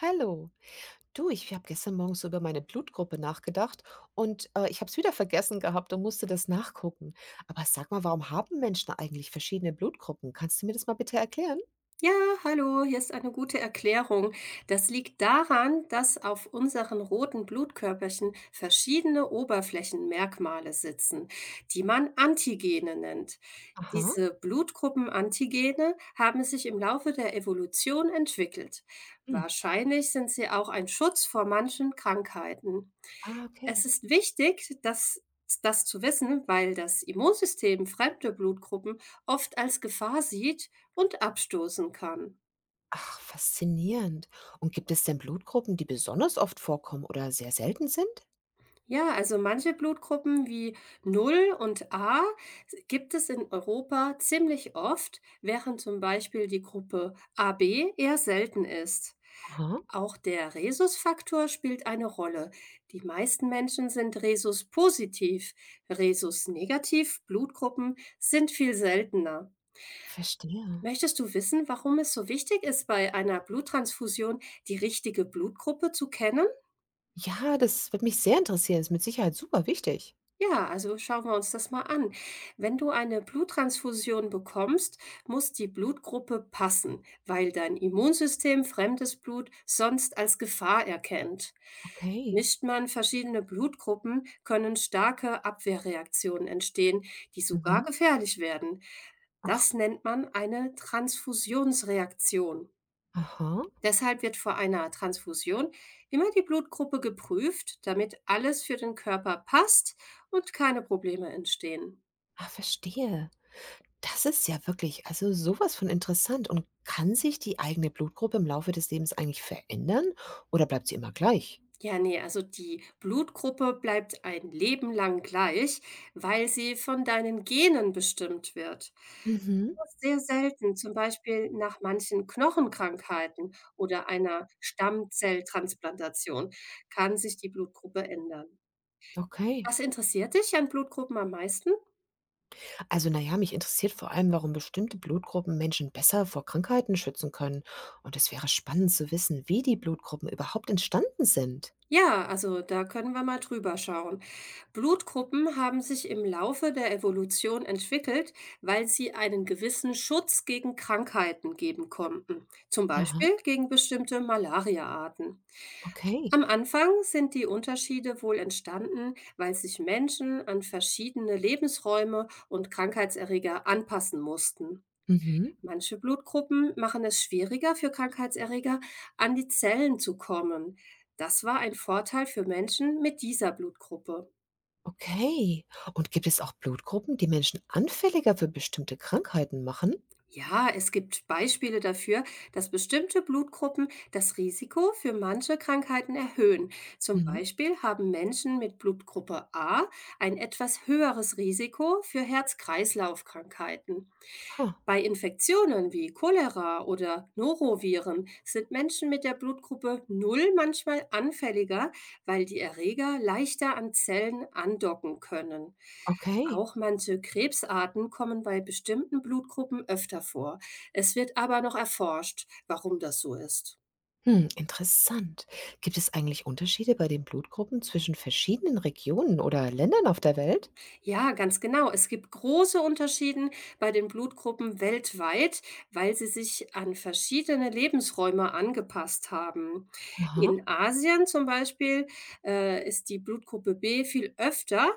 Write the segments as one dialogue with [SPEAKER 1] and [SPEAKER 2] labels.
[SPEAKER 1] Hallo. Du, ich habe gestern Morgen so über meine Blutgruppe nachgedacht und ich habe es wieder vergessen gehabt und musste das nachgucken. Aber sag mal, warum haben Menschen eigentlich verschiedene Blutgruppen? Kannst du mir das mal bitte erklären?
[SPEAKER 2] Ja, hallo, hier ist eine gute Erklärung. Das liegt daran, dass auf unseren roten Blutkörperchen verschiedene Oberflächenmerkmale sitzen, die man Antigene nennt.
[SPEAKER 1] Aha.
[SPEAKER 2] Diese Blutgruppenantigene haben sich im Laufe der Evolution entwickelt.
[SPEAKER 1] Hm.
[SPEAKER 2] Wahrscheinlich sind sie auch ein Schutz vor manchen Krankheiten.
[SPEAKER 1] Ah,
[SPEAKER 2] Es
[SPEAKER 1] okay.
[SPEAKER 2] ist wichtig, dass das zu wissen, weil das Immunsystem fremde Blutgruppen oft als Gefahr sieht und abstoßen kann.
[SPEAKER 1] Ach, faszinierend. Und gibt es denn Blutgruppen, die besonders oft vorkommen oder sehr selten sind?
[SPEAKER 2] Ja, also manche Blutgruppen wie 0 und A gibt es in Europa ziemlich oft, während zum Beispiel die Gruppe AB eher selten ist.
[SPEAKER 1] Aha.
[SPEAKER 2] Auch der Rhesusfaktor spielt eine Rolle. Die meisten Menschen sind Rhesus-positiv. Rhesus-negativ Blutgruppen sind viel seltener.
[SPEAKER 1] Verstehe.
[SPEAKER 2] Möchtest du wissen, warum es so wichtig ist, bei einer Bluttransfusion die richtige Blutgruppe zu kennen?
[SPEAKER 1] Ja, das wird mich sehr interessieren. Ist mit Sicherheit super wichtig.
[SPEAKER 2] Ja, also schauen wir uns das mal an. Wenn du eine Bluttransfusion bekommst, muss die Blutgruppe passen, weil dein Immunsystem fremdes Blut sonst als Gefahr erkennt.
[SPEAKER 1] Okay.
[SPEAKER 2] Mischt man verschiedene Blutgruppen, können starke Abwehrreaktionen entstehen, die sogar
[SPEAKER 1] Mhm.
[SPEAKER 2] gefährlich werden.
[SPEAKER 1] Ach,
[SPEAKER 2] Das nennt man eine Transfusionsreaktion.
[SPEAKER 1] aha.
[SPEAKER 2] Deshalb wird vor einer Transfusion immer die Blutgruppe geprüft, damit alles für den Körper passt und keine Probleme entstehen.
[SPEAKER 1] Ah, verstehe. Das ist ja wirklich also sowas von interessant. Und kann sich die eigene Blutgruppe im Laufe des Lebens eigentlich verändern oder bleibt sie immer gleich?
[SPEAKER 2] Ja, nee, also die Blutgruppe bleibt ein Leben lang gleich, weil sie von deinen Genen bestimmt wird.
[SPEAKER 1] Mhm.
[SPEAKER 2] Das ist sehr selten, zum Beispiel nach manchen Knochenkrankheiten oder einer Stammzelltransplantation, kann sich die Blutgruppe ändern.
[SPEAKER 1] Okay.
[SPEAKER 2] Was interessiert dich an Blutgruppen am meisten?
[SPEAKER 1] Also na ja, mich interessiert vor allem, warum bestimmte Blutgruppen Menschen besser vor Krankheiten schützen können. Und es wäre spannend zu wissen, wie die Blutgruppen überhaupt entstanden sind.
[SPEAKER 2] Ja, also da können wir mal drüber schauen. Blutgruppen haben sich im Laufe der Evolution entwickelt, weil sie einen gewissen Schutz gegen Krankheiten geben konnten, zum
[SPEAKER 1] Aha,
[SPEAKER 2] Beispiel gegen bestimmte Malariaarten.
[SPEAKER 1] okay.
[SPEAKER 2] Am Anfang sind die Unterschiede wohl entstanden, weil sich Menschen an verschiedene Lebensräume und Krankheitserreger anpassen mussten.
[SPEAKER 1] Mhm.
[SPEAKER 2] Manche Blutgruppen machen es schwieriger für Krankheitserreger, an die Zellen zu kommen. Das war ein Vorteil für Menschen mit dieser Blutgruppe.
[SPEAKER 1] Okay. Und gibt es auch Blutgruppen, die Menschen anfälliger für bestimmte Krankheiten machen?
[SPEAKER 2] Ja, es gibt Beispiele dafür, dass bestimmte Blutgruppen das Risiko für manche Krankheiten erhöhen. Zum
[SPEAKER 1] Mhm.
[SPEAKER 2] Beispiel haben Menschen mit Blutgruppe A ein etwas höheres Risiko für Herz-Kreislauf-Krankheiten.
[SPEAKER 1] Ha,
[SPEAKER 2] Bei Infektionen wie Cholera oder Noroviren sind Menschen mit der Blutgruppe 0 manchmal anfälliger, weil die Erreger leichter an Zellen andocken können.
[SPEAKER 1] okay.
[SPEAKER 2] Auch manche Krebsarten kommen bei bestimmten Blutgruppen öfter vor. Es wird aber noch erforscht, warum das so ist.
[SPEAKER 1] Hm, interessant. Gibt es eigentlich Unterschiede bei den Blutgruppen zwischen verschiedenen Regionen oder Ländern auf der Welt?
[SPEAKER 2] Ja, ganz genau. Es gibt große Unterschieden bei den Blutgruppen weltweit, weil sie sich an verschiedene Lebensräume angepasst haben.
[SPEAKER 1] Aha,
[SPEAKER 2] In Asien zum Beispiel ist die Blutgruppe B viel öfter,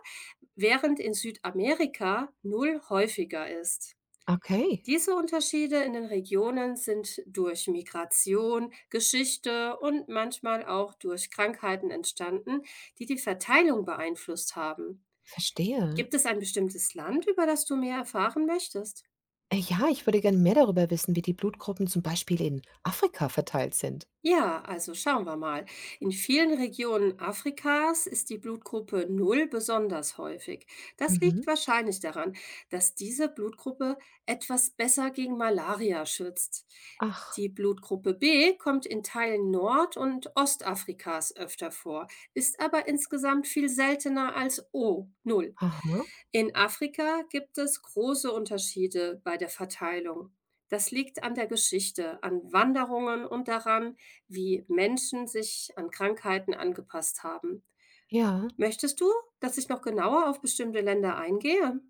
[SPEAKER 2] während in Südamerika null häufiger ist.
[SPEAKER 1] okay,
[SPEAKER 2] Diese Unterschiede in den Regionen sind durch Migration, Geschichte und manchmal auch durch Krankheiten entstanden, die die Verteilung beeinflusst haben.
[SPEAKER 1] verstehe.
[SPEAKER 2] Gibt es ein bestimmtes Land, über das du mehr erfahren möchtest?
[SPEAKER 1] Ja, ich würde gerne mehr darüber wissen, wie die Blutgruppen zum Beispiel in Afrika verteilt sind.
[SPEAKER 2] Ja, also schauen wir mal. In vielen Regionen Afrikas ist die Blutgruppe Null besonders häufig. Das
[SPEAKER 1] Mhm.
[SPEAKER 2] liegt wahrscheinlich daran, dass diese Blutgruppe etwas besser gegen Malaria schützt.
[SPEAKER 1] Ach,
[SPEAKER 2] Die Blutgruppe B kommt in Teilen Nord- und Ostafrikas öfter vor, ist aber insgesamt viel seltener als O, Null.
[SPEAKER 1] aha,
[SPEAKER 2] In Afrika gibt es große Unterschiede bei der Verteilung. Das liegt an der Geschichte, an Wanderungen und daran, wie Menschen sich an Krankheiten angepasst haben.
[SPEAKER 1] ja.
[SPEAKER 2] Möchtest du, dass ich noch genauer auf bestimmte Länder eingehe?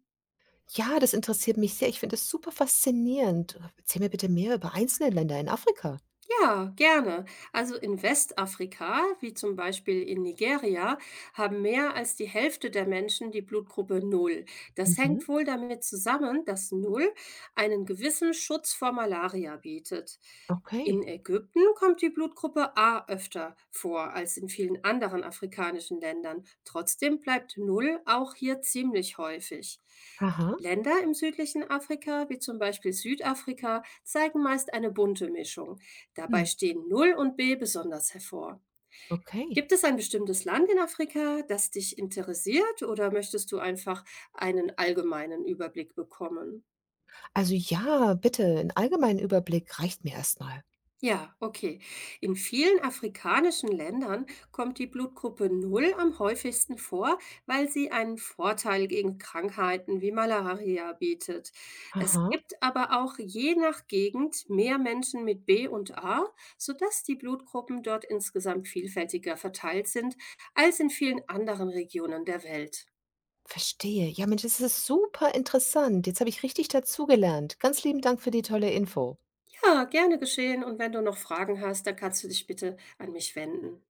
[SPEAKER 1] Ja, das interessiert mich sehr. Ich finde es super faszinierend. Erzähl mir bitte mehr über einzelne Länder in Afrika.
[SPEAKER 2] Ja, gerne. Also in Westafrika, wie zum Beispiel in Nigeria, haben mehr als die Hälfte der Menschen die Blutgruppe Null. Das
[SPEAKER 1] Mhm.
[SPEAKER 2] hängt wohl damit zusammen, dass Null einen gewissen Schutz vor Malaria bietet.
[SPEAKER 1] Okay.
[SPEAKER 2] In Ägypten kommt die Blutgruppe A öfter vor als in vielen anderen afrikanischen Ländern. Trotzdem bleibt Null auch hier ziemlich häufig.
[SPEAKER 1] Aha.
[SPEAKER 2] Länder im südlichen Afrika, wie zum Beispiel Südafrika, zeigen meist eine bunte Mischung.
[SPEAKER 1] Hm.
[SPEAKER 2] Dabei stehen Null und B besonders hervor.
[SPEAKER 1] Okay.
[SPEAKER 2] Gibt es ein bestimmtes Land in Afrika, das dich interessiert, oder möchtest du einfach einen allgemeinen Überblick bekommen?
[SPEAKER 1] Also ja, bitte, einen allgemeinen Überblick reicht mir erstmal.
[SPEAKER 2] Ja, okay. In vielen afrikanischen Ländern kommt die Blutgruppe Null am häufigsten vor, weil sie einen Vorteil gegen Krankheiten wie Malaria bietet. Es
[SPEAKER 1] Aha.
[SPEAKER 2] gibt aber auch je nach Gegend mehr Menschen mit B und A, sodass die Blutgruppen dort insgesamt vielfältiger verteilt sind als in vielen anderen Regionen der Welt.
[SPEAKER 1] Verstehe. Ja, Mensch, das ist super interessant. Jetzt habe ich richtig dazugelernt. Ganz lieben Dank für die tolle Info.
[SPEAKER 2] Ja, gerne geschehen. Und wenn du noch Fragen hast, dann kannst du dich bitte an mich wenden.